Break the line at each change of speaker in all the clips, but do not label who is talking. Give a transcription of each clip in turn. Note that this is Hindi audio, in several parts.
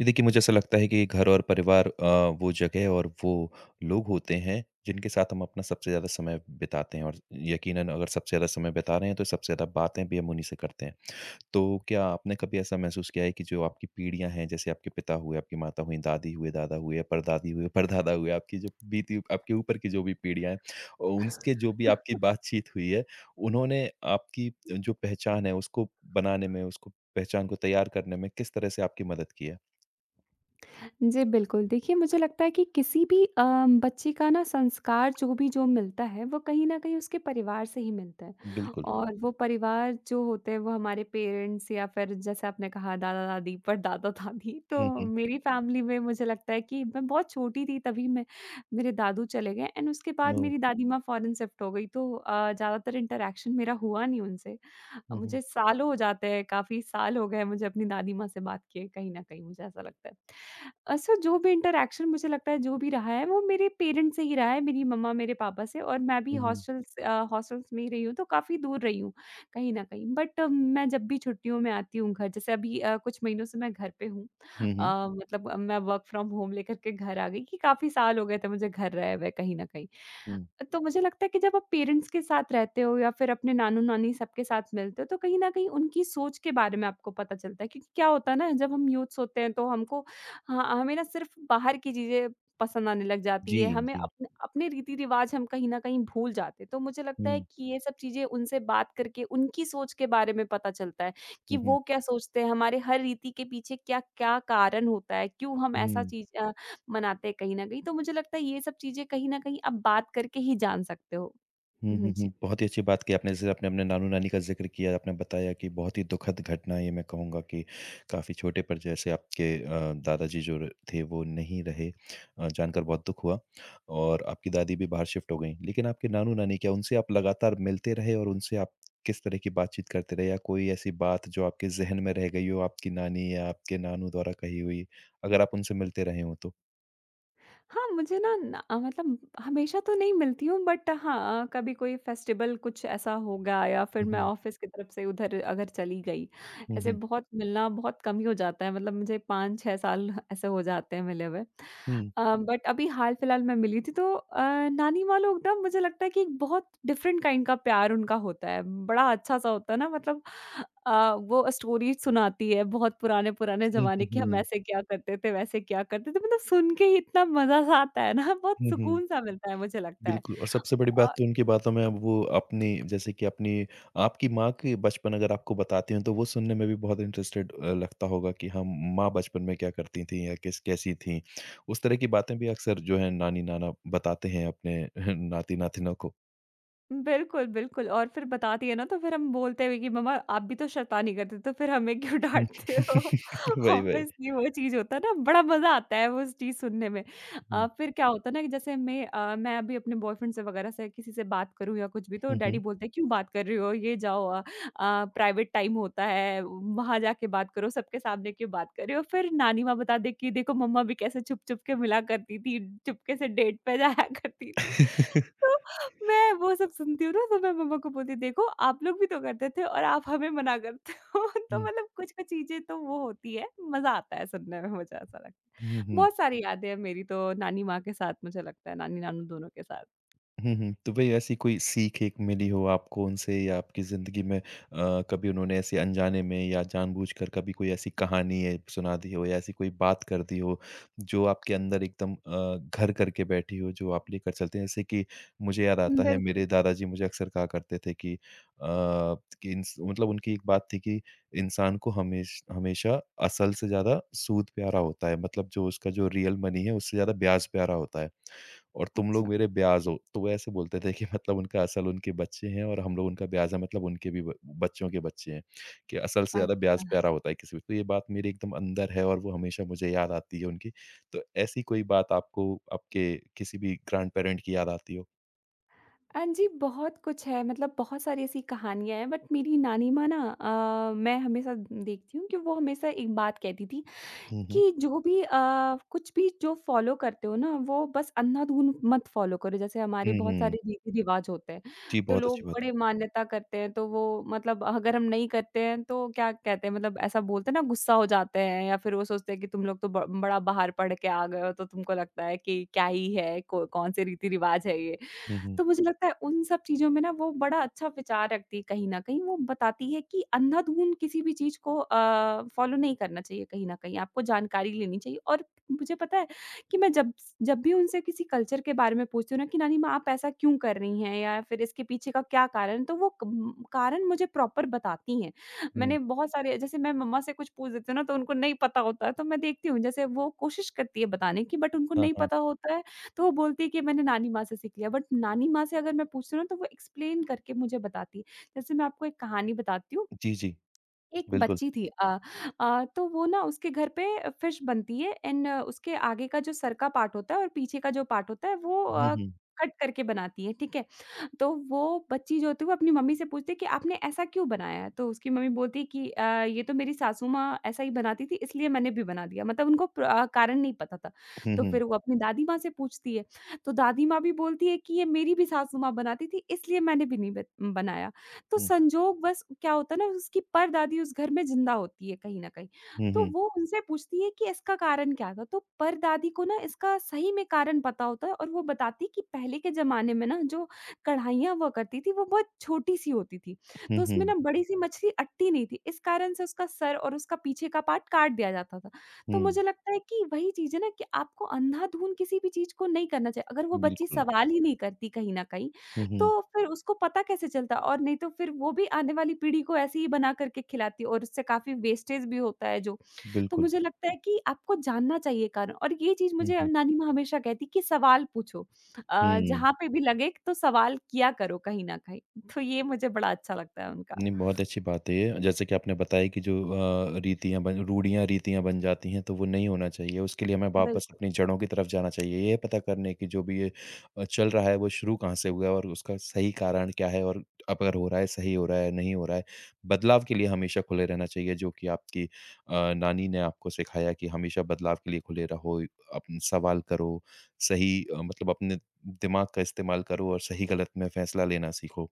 ये देखिए मुझे ऐसा लगता है कि घर और परिवार वो जगह और वो लोग होते हैं जिनके साथ हम अपना सबसे ज़्यादा समय बिताते हैं और यकीनन अगर सबसे ज़्यादा समय बिता रहे हैं तो सबसे ज़्यादा बातें भी हम उन्हीं से करते हैं। तो क्या आपने कभी ऐसा महसूस किया है कि जो आपकी पीढ़ियाँ हैं जैसे आपके पिता हुए, आपकी माता हुईं, दादी हुए, दादा हुए, परदादी हुए, परदादा हुए, आपकी जो बीती आपके ऊपर की जो भी पीढ़ियाँ हैं उनके जो भी आपकी बातचीत हुई है, उन्होंने आपकी जो पहचान है उसको बनाने में, उसको पहचान को तैयार करने में किस तरह से आपकी मदद की है?
जी, बिल्कुल। देखिए, मुझे लगता है कि किसी भी बच्चे का ना संस्कार जो भी जो मिलता है, वो कहीं न कहीं उसके परिवार से ही मिलता है।
बिल्कुल।
और वो परिवार जो होते हैं, वो हमारे पेरेंट्स या फिर जैसे आपने कहा दादा-दादी, परदादा-दादी।
हुँ,
तो
हुँ।
मेरी फैमिली में मुझे लगता है कि मैं बहुत छोटी थी तभी मैं मेरे दादू चले गए। एंड उसके बाद
ओह!
मेरी दादी माँ फ़ॉरेन शिफ्ट हो गई, तो ज़्यादातर इंटरैक्शन मेरा हुआ नहीं उनसे।
हुँ,
मुझे
हुँ।
सालों हो जाते हैं, काफ़ी साल हो गए मुझे अपनी दादी माँ से बात किए, कहीं न कहीं मुझे ऐसा लगता है। सो जो भी इंटरैक्शन मुझे लगता है जो भी रहा है वो मेरे पेरेंट्स से ही रहा है, मेरी मम्मा, मेरे पापा से। और मैं भी
हुँ, हुँ।
हॉस्टल्स में ही रही हूँ, तो काफ़ी दूर रही हूँ कहीं न कहीं। बट मैं जब भी छुट्टियों में आती हूँ घर, जैसे अभी कुछ महीनों से मैं घर पे हूँ।
हुँ, हुँ।
मतलब मैं वर्क फ्रॉम होम लेकर के घर आ गई कि काफ़ी साल हो गए थे मुझे घर रहे हुए कहीं न कहीं।
हुँ।
तो मुझे लगता है कि जब आप पेरेंट्स के साथ रहते हो या फिर अपने नानू-नानी सबके साथ मिलते हो, तो कहीं न कहीं उनकी सोच के बारे में आपको पता चलता है। क्योंकि क्या होता है ना, जब हम यूथ्स होते हैं तो हमको ह हमें ना सिर्फ़ बाहर की चीज़ें पसंद आने लग जाती
जी,
है, हमें
जी।
अपने अपने रीति-रिवाज़ हम कहीं न कहीं भूल जाते हैं। तो मुझे लगता है
हुँ।
कि ये सब चीज़ें उनसे बात करके उनकी सोच के बारे में पता चलता है, कि
हुँ, हुँ।
वो क्या सोचते हैं, हमारे हर रीति के पीछे क्या-क्या कारण होता है, क्यों हम ऐसा
हुँ।
चीज़ मनाते हैं कहीं न कहीं। तो मुझे लगता है ये सब चीज़ें कहीं न कहीं आप बात करके ही जान सकते हो।
हुँ, हुँ,
हुँ, जी।
हुँ। बहुत ही अच्छी बात की आपने। जैसे आपने अपने नानू-नानी का ज़िक्र किया, आपने बताया कि बहुत ही दुखद घटना है ये मैं कहूँगा कि काफ़ी छोटे पर जैसे आपके दादाजी जो र थे वो नहीं रहे। जानकर बहुत दुःख हुआ और आपकी दादी भी बाहर शिफ्ट हो गईं। लेकिन आपके नानू-नानी क्या उनसे आप लगातार मिलते रहे और उनसे आप किस तरह की बातचीत करते रहे या कोई ऐसी बात जो आपके ज़हन में रह गई हो आपकी नानी या आपके नानू द्वारा कही हुई? अगर आप उनसे मिलते रहे हों तो?
हाँ, मुझे ना न अ, मतलब हमेशा तो नहीं मिलती हूँ, बट हाँ, कभी कोई फेस्टिवल कुछ ऐसा होगा या फिर
हुँ,
मैं
हुँ।
ऑफ़िस की तरफ से उधर अगर चली गई,
हुँ,
ऐसे।
हुँ।
बहुत मिलना बहुत कम ही हो जाता है। मतलब मुझे 5-6 साल ऐसे हो जाते हैं मिले हुए।
हुँ।
बट अभी हाल-फिलहाल मैं मिली थी, तो नानी माँ लोग ना मुझे लगता है कि एक बहुत डिफरेंट काइंड का प्यार उनका होता है, बड़ा अच्छा-सा होता है ना, मतलब वो स्टोरी सुनाती है बहुत पुराने-पुराने
हुँ,
ज़माने
हुँ,
की। हम
हुँ।
ऐसे क्या करते थे, वैसे क्या करते थे, मतलब सुन के ही इतना मज़ा-सा आता है ना बहुत
हुँ, हुँ।
सुकून-सा मिलता है मुझे लगता है।
बिल्कुल और सबसे बड़ी बात तो उनकी बातों में अब वो अपनी जैसे कि अपनी आपकी माँ के बचपन अगर आपको बताती हैं तो वो सुनने में भी बहुत इंटरेस्टेड लगता होगा कि हम माँ बचपन में क्या करती थी या किस कैसी थी उस तरह की बातें भी अक्सर जो है नानी नाना बताते हैं अपने नाती नातिनों को।
बिल्कुल, बिल्कुल। और फिर बताती है ना तो फिर हम बोलते हुए कि मम्मा आप भी तो शैतानी करते, तो फिर हमें क्यों
हम्म,
डाँटते हो?
वही वही
ऑब्वियसली वो चीज़ होता है ना, बड़ा मज़ा आता है वो चीज़ सुनने में।
हम्म,
फिर क्या होता है ना कि जैसे मैं अभी अपने बॉयफ्रेंड से वगैरह से किसी से बात करूँ या कुछ भी, तो
हम्म,
डैडी
हम्म,
बोलते हैं क्यों बात कर रही हो? ये जाओ, प्राइवेट टाइम होता है, वहाँ जाके बात करो, सबके सामने क्यों बात कर रही हो? फिर नानी माँ बता दे कि देखो मम्मा भी कैसे छुप-छुप के मिला करती थी, चुपके से डेट पे जाया करती थी। तो मैं वो सब सुनती हूँ ना, तो मैं मम्मा को बोलती देखो आप लोग भी तो करते थे और आप हमें मना करते हो। तो
हम्म,
मतलब कुछ कुछ चीजें तो वो होती है, मजा आता है सुनने में। मुझे ऐसा लगता
हम्म,
है
हम्म,
बहुत सारी यादें हैं मेरी तो नानी माँ के साथ, मुझे लगता है नानी नानू दोनों के साथ।
हुँ, हुँ। तो भई ऐसी कोई सीख-एक मिली हो आपको उनसे या आपकी ज़िंदगी में कभी उन्होंने ऐसे अनजाने में या जानबूझकर कभी कोई ऐसी कहानी है सुना दी हो या ऐसी कोई बात कर दी हो, जो आपके अंदर एकदम घर करके बैठी हो, जो आप लेकर चलते हैं? जैसे कि मुझे याद आता है
बिल्कुल।
मेरे दादाजी मुझे अक्सर कहा करते थे कि कि इंस मतलब उनकी एक बात थी कि इंसान को हमेशा असल से ज़्यादा सूद प्यारा होता है। मतलब जो उसका जो रियल मनी है उससे ज़्यादा ब्याज प्यारा होता है। और तुम लोग
अच्छा।
मेरे ब्याज़ हो। तो वो ऐसे बोलते थे कि मतलब उनका असल उनके बच्चे हैं और हम लोग उनका ब्याज़ है मतलब उनके भी ब बच्चों के बच्चे हैं, कि असल से
अ,
ज़्यादा ब्याज़ प्यारा होता है किसी भी तो ये बात मेरे एकदम अंदर है और वो हमेशा मुझे याद आती है उनकी। तो ऐसी कोई बात आपको आपके किसी भी ग्रैंड पेरेंट की याद आती हो?
हाँ जी, बहुत कुछ है, मतलब बहुत सारी ऐसी कहानियाँ हैं। बट मेरी नानी माँ ना मैं हमेशा देखती हूँ कि वो हमेशा एक बात कहती थी
हुँ, हुँ।
कि जो भी कुछ भी जो फ़ॉलो करते हो ना, वो बस अंधाधुन मत फ़ॉलो करो। जैसे हमारे
हुँ,
बहुत
हुँ।
सारे रीति-रिवाज होते हैं,
जी,
तो
बहुत
लोग
अच्छी बात।
बड़े मान्यता करते हैं। तो वो मतलब अगर हम नहीं करते हैं, तो क्या कहते हैं, मतलब ऐसा बोलते हैं ना, गुस्सा हो जाते हैं या फिर वो सोचते हैं कि तुम लोग तो ब बड़ा बाहर पढ़ के आ गए हो, तो तुमको लगता है कि क्या ही है, को कौन से रीति-रिवाज है ये।
हुँ, हुँ,
तो मुझे लगता है उन सब चीज़ों में ना वो बड़ा अच्छा विचार रखती है कहीं न कहीं। वो बताती है कि अंधाधुंध किसी भी चीज़ को फ़ॉलो नहीं करना चाहिए कहीं न कहीं, आपको जानकारी लेनी चाहिए। और मुझे पता है कि मैं जब भी उनसे किसी कल्चर के बारे में पूछती हूँ ना कि नानी माँ आप ऐसा क्यों कर रही हैं या फिर इसके पीछे का क्या कारण है, तो वो कम कारण मुझे प्रॉपर बताती हैं।
हुँ।
मैंने बहुत सारे, जैसे मैं मम्मा से कुछ पूछ देती हूँ ना तो उनको नहीं पता होता है, तो मैं देखती हूँ जैसे वो कोशिश करती है बताने की, बट उनको
हाँ,
नहीं
हाँ।
पता होता है। तो वो बोलती है कि मैंने नानी माँ से सीख लिया, बट नानी माँ से अगर मैं पूछती हूँ ना, तो वो एक्सप्लेन करके मुझे बताती है। जैसे मैं आपको एक कहानी बताती हूँ,
जी, जी,
एक
बिल्कुल।
बच्ची थी तो वो ना उसके घर पे फिश बनती है। एंड उसके आगे का जो सर का पार्ट होता है और पीछे का जो पार्ट होता है, वो
हुँ, हुँ।
कट करके बनाती है, ठीक है? तो वो बच्ची जो होती है वो अपनी मम्मी से पूछती है कि आपने ऐसा क्यों बनाया है? तो उसकी मम्मी बोलती है कि ये तो मेरी सासू माँ ऐसा ही बनाती थी, इसलिए मैंने भी बना दिया। मतलब उनको कारण नहीं पता था।
हुँ,
तो
हुँ।
फिर वो अपनी दादी माँ से पूछती है, तो दादी माँ भी बोलती है कि ये मेरी भी सासू माँ बनाती थी, इसलिए मैंने भी नहीं बत बनाया। तो
हुँ,
संजोगवश क्या होता है ना, उसकी परदादी उस घर में ज़िंदा होती है कहीं न कहीं।
हुँ,
तो
हुँ।
वो उनसे पूछती है कि इसका कारण क्या था? तो परदादी को ना इसका सही में कारण पता होता है, और वो बताती है कि पहले के ज़माने में ना जो कढ़ाइयाँ हुआ करती थी, वो बहुत छोटी-सी होती थी,
हुँ,
तो उसमें
हुँ।
ना बड़ी-सी मछली अटती नहीं थी। इस कारण से उसका सर और उसका पीछे का पार्ट काट दिया जाता था। तो
हुँ,
मुझे लगता है कि वही चीज़ है ना कि आपको अंधाधुंध किसी भी चीज़ को नहीं करना चाहिए। अगर वो बच्ची
बिल्कुल।
सवाल ही नहीं करती कहीं न कहीं,
हुँ, हुँ,
तो फिर उसको पता कैसे चलता? और नहीं तो फिर वो भी आने वाली पीढ़ी को ऐसे ही बना करके खिलाती, और उससे काफ़ी वेस्टेज भी होता है जो। तो
बिल्कुल।
मुझे लगता है कि आपको जानना चाहिए कारण। और ये चीज़
हुँ,
मुझे
हुँ।
नानी माँ हमेशा कहती कि सवाल पूछो।
हुँ।
जहाँ पे भी लगे तो सवाल किया करो कहीं न कहीं। तो ये मुझे बड़ा अच्छा लगता है उनका।
नहीं, बहुत अच्छी बात है ये। जैसे कि आपने बताया कि जो रीतियाँ बन रूढ़ियाँ, रीतियाँ बन जाती हैं, तो वो नहीं होना चाहिए। उसके लिए हमें वापस
बिल्कुल।
अपनी जड़ों की तरफ जाना चाहिए। ये पता करने की जो भी ये चल रहा है, वो शुरू कहाँ से हुआ है और उसका सही कारण क्या है और अगर हो रहा है, सही हो रहा है, नहीं हो रहा है। बदलाव के लिए हमेशा खुले रहना चाहिए, जो कि आपकी नानी ने आपको सिखाया कि हमेशा बदलाव के लिए खुले रहो, अपन सवाल करो, सही मतलब अपने दिमाग का इस्तेमाल करो और सही-गलत में फैसला लेना सीखो।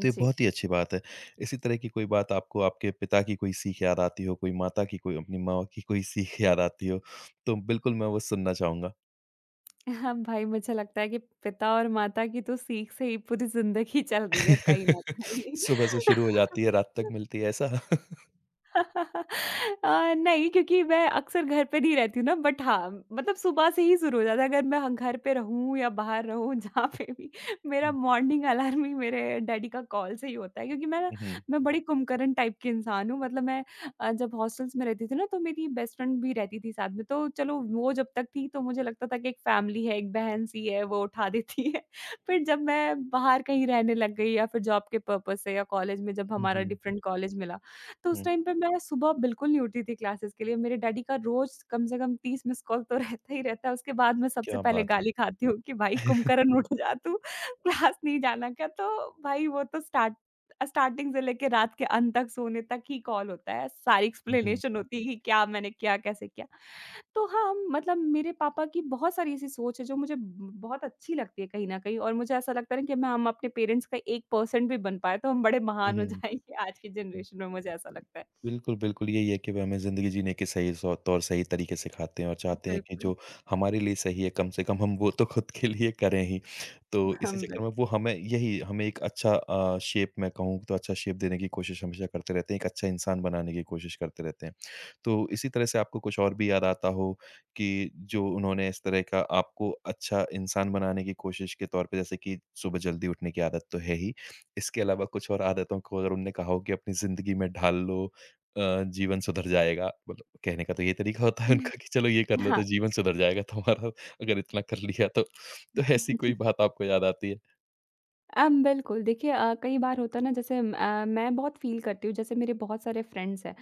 तो ये बहुत ही अच्छी बात है। इसी तरह की कोई बात आपको आपके पिता की कोई सीख याद आती हो, कोई माता की, कोई अपनी माँ की कोई सीख याद आती हो, तो बिल्कुल मैं वो सुनना चाहूँगा।
हाँ भाई, मुझे लगता है कि पिता और माता की तो सीख से ही पूरी ज़िंदगी चल रही है कहीं न कहीं।
सुबह से शुरू हो जाती है, रात तक मिलती है ऐसा?
नहीं, क्योंकि मैं अक्सर घर पे नहीं रहती हूँ ना, बट हाँ, मतलब सुबह से ही शुरू हो जाता है, अगर मैं ह घर पे रहूँ या बाहर रहूँ जहाँ पे भी। मेरा
हुँ,
मॉर्निंग अलार्म ही मेरे डैडी का कॉल से ही होता है, क्योंकि
हुँ,
मैं बड़ी कुम्भकर्ण टाइप की इंसान हूँ। मतलब जब हॉस्टल्स में रहती थी ना, तो मेरी बेस्ट फ्रेंड भी रहती थी साथ में, तो चलो वो जब तक थी तो मुझे लगता था कि एक फैमिली है, एक बहन-सी है वो उठा देती है। फिर जब मैं बाहर कहीं रहने लग गई या फिर जॉब के पर्पज़ से या कॉलेज में जब
हुँ,
हमारा
हुँ,
डिफरेंट कॉलेज मिला, तो उस
हुँ,
टाइम पे मैं सुबह बिल्कुल नहीं उठती थी क्लासेस के लिए। मेरे डैडी का रोज़ कम से कम 30 मिस्ड कॉल तो रहता ही रहता है। उसके बाद मैं सबसे
क्या
पहले
बात है।
गाली खाती हूँ कि भाई कुम्भकर्ण उठ जा तू, क्लास नहीं जाना क्या? तो भाई वो तो स्टार्टिंग से लेके रात के अंत तक सोने तक ही कॉल होता है। सारी
हुँ,
एक्सप्लेनेशन होती है कि क्या मैंने किया, कैसे किया। तो हाँ, मतलब मेरे पापा की बहुत सारी ऐसी सोच है जो मुझे ब बहुत अच्छी लगती है कहीं न कहीं। और मुझे ऐसा लगता है ना कि मैं हम अपने पेरेंट्स का 1% भी बन पाएँ तो हम बड़े
हुँ,
महान हो
हुँ,
जाएँगे आज की
हुँ।
जनरेशन में, मुझे ऐसा लगता है।
बिल्कुल, बिल्कुल, यही है कि वे हमें ज़िंदगी जीने के सही सौ तौर सही तरीके सिखाते हैं और चाहते हैं कि
बिल्कुल।
जो हमारे लिए सही है, कम से कम हम वो तो खुद के लिए करें ही। तो इसी
हम बिल
चक्कर में वो हमें एक अच्छा शेप मैं कहूँ तो अच्छा शेप देने की कोशिश हमेशा करते रहते हैं, एक अच्छा इंसान बनाने की कोशिश करते रहते हैं। तो इसी तरह से आपको कुछ और भी याद आता हो कि जो उन्होंने इस तरह का आपको अच्छा इंसान बनाने की कोशिश के तौर पे जैसे कि सुबह जल्दी उठने की आदत तो है ही। इसके अलावा कुछ और आदतों को अगर उनने कहा हो कि अपनी ज़िंदगी में ढाल लो अ, जीवन सुधर जाएगा। मतलब कहने का तो ये तरीका होता है उनका कि चलो ये कर लो
हाँ।
तो जीवन सुधर जाएगा तुम्हारा अगर इतना कर लिया तो। तो ऐसी कोई बात आपको याद आती है?
बिल्कुल देखिए, कई बार होता है ना, जैसे मैं बहुत फ़ील करती हूँ। जैसे मेरे बहुत सारे फ्रेंड्स हैं,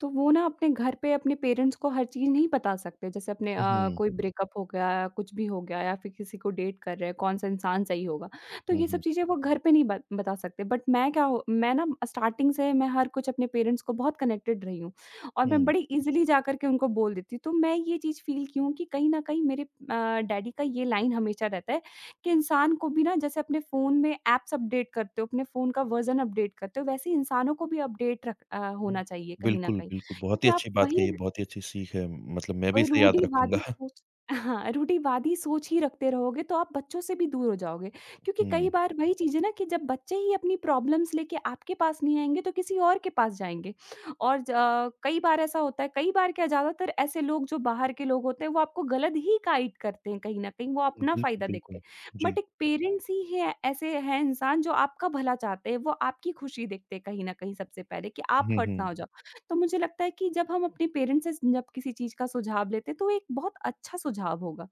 तो वो ना अपने घर पे अपने पेरेंट्स को हर चीज़ नहीं बता सकते। जैसे अपने
हुँ, हुँ।
कोई ब्रेकअप हो गया, कुछ भी हो गया या फिर किसी को डेट कर रहे हैं, कौन-सा इंसान सही होगा, तो
हुँ,
ये सब
हुँ।
चीज़ें वो घर पे नहीं बत बता सकते। बट मैं क्या हो मैं ना स्टार्टिंग से मैं हर कुछ अपने पेरेंट्स को बहुत कनेक्टेड रही हूँ और मैं
हुँ,
बड़ी ईज़िली जाकर के उनको बोल देती हूँ। तो मैं ये चीज़ फ़ील की हूँ कि कहीं न कहीं मेरे डैडी का ये लाइन हमेशा रहता है कि इंसान को भी ना जैसे अपने फ़ोन में ऐप्स अपडेट करते हो, अपने फ़ोन का वर्ज़न अपडेट करते हो, वैसे ही इंसानों को भी
हुँ।
होना चाहिए कहीं न
बिल्कुल,
कहीं।
बिल्कुल। बहुत
क्योंकि
ही
आप
अच्छी बात
वही
कही है, बहुत ही अच्छी सीख है। मतलब मैं भी
और
इसे याद रखूँगा।
रूढ़िवादी सोच। हाँ, रूढ़िवादी सोच ही रखते रहोगे तो आप बच्चों से भी दूर हो जाओगे। क्योंकि कई
हुँ।
बार वही चीज़ है ना कि जब बच्चे ही अपनी प्रॉब्लम्स लेके आपके पास नहीं आएँगे तो किसी और के पास जाएँगे। और कई बार ऐसा होता है, कई बार क्या ज़्यादातर ऐसे लोग जो बाहर के लोग होते हैं वो आपको गलत ही गाइड करते हैं कहीं न कहीं, वो अपना
बिल्कुल,
फ़ायदा देखते
बिल्कुल।
हैं।
जी।
बट एक पेरेंट्स ही है ऐसे हैं इंसान जो आपका भला चाहते हैं, वो आपकी खुशी देखते हैं कहीं न कहीं सबसे पहले कि आप
हुँ,
हर्ट ना
हुँ।
हो जाओ। तो मुझे लगता है कि जब हम अपने पेरेंट्स से जब किसी चीज़ का सुझाव लेते हैं तो एक बहुत अच्छा सुझाव होगा।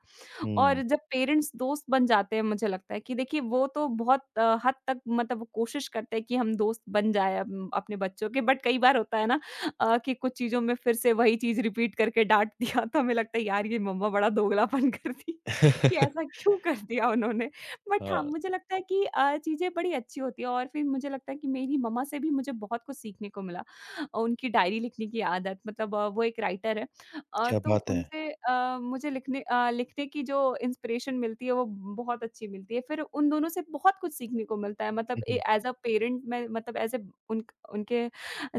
और
हुँ।
जब पेरेंट्स दोस्त बन जाते हैं, मुझे लगता है कि देखिए वो तो बहुत हद तक मतलब वो कोशिश करते हैं कि हम दोस्त बन जाए अपने बच्चों के। बट कई बार होता है ना कि कुछ चीज़ों में फिर से वही चीज़ रिपीट करके डाँट दिया तो हमें लगता है यार ये मम्मा बड़ा दोगलापन करती कि ऐसा क्यों कर दिया उन्होंने। बट हाँ,
हाँ,
मुझे लगता है कि चीज़ें बड़ी अच्छी होती है और फिर मुझे लगता है कि मेरी मम्मा से भी मुझे बहुत कुछ सीखने को मिला। उनकी डायरी लिखने की आदत, मतलब वो एक राइटर है
क्या
तो
बात है।
उनसे मुझे लिखने की जो इंस्पिरेशन मिलती है वो बहुत अच्छी मिलती है। फिर उन दोनों से बहुत कुछ सीखने को मिलता है। मतलब
हुँ,
ए
हुँ।
एज़ अ पेरेंट, मैं मतलब एज़ अ उन उनके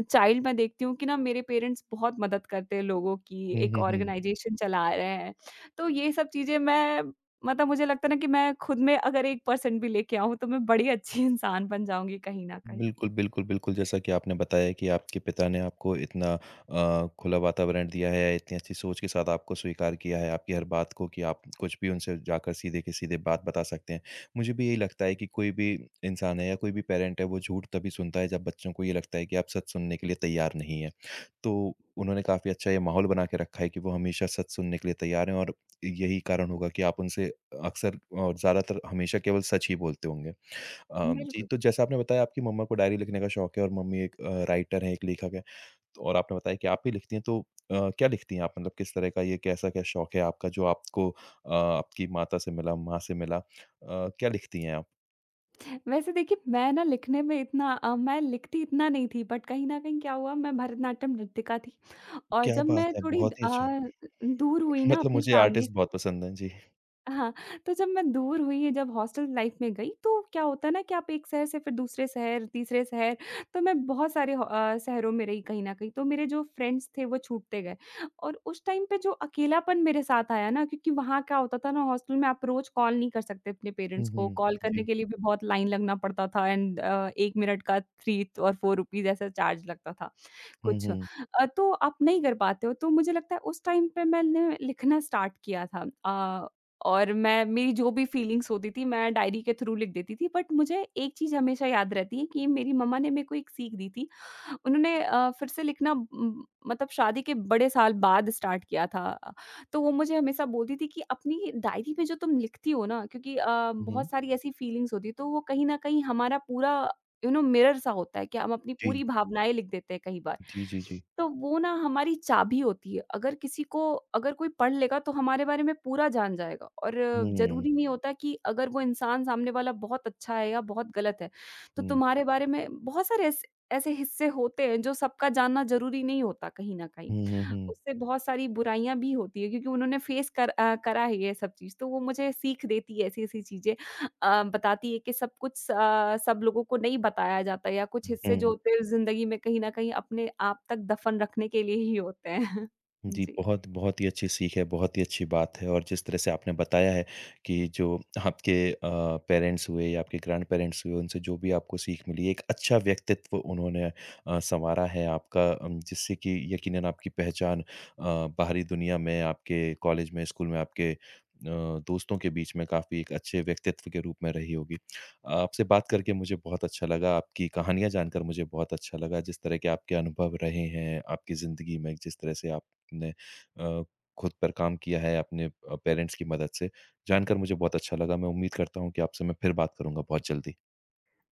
चाइल्ड मैं देखती हूँ कि ना मेरे पेरेंट्स बहुत मदद करते हैं लोगों की,
हुँ,
एक
हुँ, हुँ।
ऑर्गनाइज़ेशन चला रहे हैं। तो ये सब चीज़ें मैं मतलब मुझे लगता है ना कि मैं खुद में अगर 1% भी लेके आऊँ तो मैं बड़ी अच्छी इंसान बन जाऊँगी कहीं न कहीं।
बिल्कुल, बिल्कुल, बिल्कुल। जैसा कि आपने बताया कि आपके पिता ने आपको इतना खुला वातावरण दिया है, इतनी अच्छी सोच के साथ आपको स्वीकार किया है, आपकी हर बात को कि आप कुछ भी उनसे जाकर सीधे के सीधे बात बता सकते हैं। मुझे भी यही लगता है कि कोई भी इंसान है या कोई भी पेरेंट है, वो झूठ तभी सुनता है जब बच्चों को ये लगता है कि आप सच सुनने के लिए तैयार नहीं हैं। तो उन्होंने काफ़ी अच्छा ये माहौल बना के रखा है कि वो हमेशा सच सुनने के लिए तैयार हैं और यही कारण होगा कि आप उनसे अक्सर और ज़्यादातर हमेशा केवल सच ही बोलते होंगे। जी,
बिल्कुल।
तो जैसा आपने बताया आपकी मम्मा को डायरी लिखने का शौक है और मम्मी एक राइटर हैं, एक लेखक हैं और आपने बताया कि आप भी लिखती हैं तो क्या लिखती हैं आप? मतलब किस तरह का ये कैसा क्या शौक है आपका जो आपको आपकी माता से मिला, माँ से मिला? क्या लिखती हैं आप?
वैसे देखिए मैं ना लिखने में मैं लिखती इतना नहीं थी। बट कहीं न कहीं क्या हुआ, मैं भरतनाट्यम नृत्यिका थी और
क्या
जब
बात
मैं
है!
थोड़ी
बहुत ही अच्छा।
दूर हुई ना
मतलब
अपनी
मुझे
फैमिली
आर्टिस्ट
से।
बहुत पसंद हैं। जी।
हाँ, तो जब मैं दूर हुई, जब हॉस्टल लाइफ़ में गई, तो क्या होता है ना कि आप एक शहर से फिर दूसरे शहर, तीसरे शहर, तो मैं बहुत सारे शहरों में रही कहीं न कहीं। तो मेरे जो फ्रेंड्स थे, वो छूटते गए। और उस टाइम पे जो अकेलापन मेरे साथ आया ना, क्योंकि वहाँ क्या होता था ना, हॉस्टल में आप रोज़ कॉल नहीं कर सकते अपने पेरेंट्स
हुँ,
को,
हुँ।
कॉल करने
जी।
के लिए भी बहुत लाइन लगना पड़ता था। एंड 1 मिनट का 3 और ₹4 ऐसा चार्ज लगता था।
हुँ, हुँ।
तो आप नहीं कर पाते हो। तो मुझे लगता है उस टाइम पे मैंने लिखना स्टार्ट किया था। और मैं, मेरी जो भी फीलिंग्स होती थी मैं डायरी के थ्रू लिख देती थी। बट मुझे एक चीज़ हमेशा याद रहती है कि मेरी मम्मा ने मेरे को एक सीख दी थी। उन्होंने फिर से लिखना मतलब शादी के बड़े साल बाद स्टार्ट किया था। तो वो मुझे हमेशा बोलती थी कि अपनी डायरी में जो तुम लिखती हो ना, क्योंकि
हुँ, हुँ।
बहुत सारी ऐसी फीलिंग्स होती हैं, तो वो कहीं न कहीं हमारा पूरा यू नो मिरर सा होता है कि हम अपनी
जी।
पूरी भावनाएँ लिख देते हैं कई बार।
जी, जी, जी।
तो वो ना हमारी चाबी होती है। अगर किसी को अगर कोई पढ़ लेगा तो हमारे बारे में पूरा जान जाएगा। और
हुँ।
ज़रूरी नहीं होता कि अगर वो इंसान सामने वाला बहुत अच्छा है या बहुत गलत है, तो
हुँ।
तुम्हारे बारे में बहुत सारे ऐसे ऐसे हिस्से होते हैं जो सबका जानना ज़रूरी नहीं होता कहीं न कहीं।
हुँ, हुँ, हुँ।
उससे बहुत सारी बुराइयाँ भी होती हैं, क्योंकि उन्होंने फेस करा है ये सब चीज़। तो वो मुझे सीख देती है ऐसी-ऐसी चीज़ें, बताती है कि सब लोगों को नहीं बताया जाता, या कुछ हिस्से जो
हुँ।
होते हैं ज़िंदगी में कहीं न कहीं अपने आप तक दफ़न रखने के लिए ही होते हैं।
जी,
जी।
बहुत बहुत ही अच्छी सीख है, बहुत ही अच्छी बात है और जिस तरह से आपने बताया है कि जो आपके पेरेंट्स हुए या आपके ग्रैंड-पेरेंट्स हुए, उनसे जो भी आपको सीख मिली, एक अच्छा व्यक्तित्व उन्होंने सँवारा है आपका जिससे कि यकीनन आपकी पहचान बाहरी दुनिया में, आपके कॉलेज में, स्कूल में, आपके दोस्तों के बीच में काफ़ी एक अच्छे व्यक्तित्व के रूप में रही होगी। आपसे बात करके मुझे बहुत अच्छा लगा, आपकी कहानियाँ जानकर मुझे बहुत अच्छा लगा, जिस तरह के आपके अनुभव रहे हैं आपकी ज़िंदगी में, जिस तरह से आप आपने अ, खुद पर काम किया है अपने पेरेंट्स की मदद से। जानकर मुझे बहुत अच्छा लगा। मैं उम्मीद करता हूँ कि आपसे मैं फिर बात करूँगा बहुत जल्दी।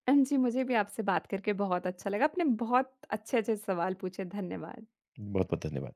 जी, मुझे भी आपसे बात करके बहुत अच्छा लगा। आपने बहुत अच्छे-अच्छे सवाल पूछे, धन्यवाद।
बहुत-बहुत धन्यवाद।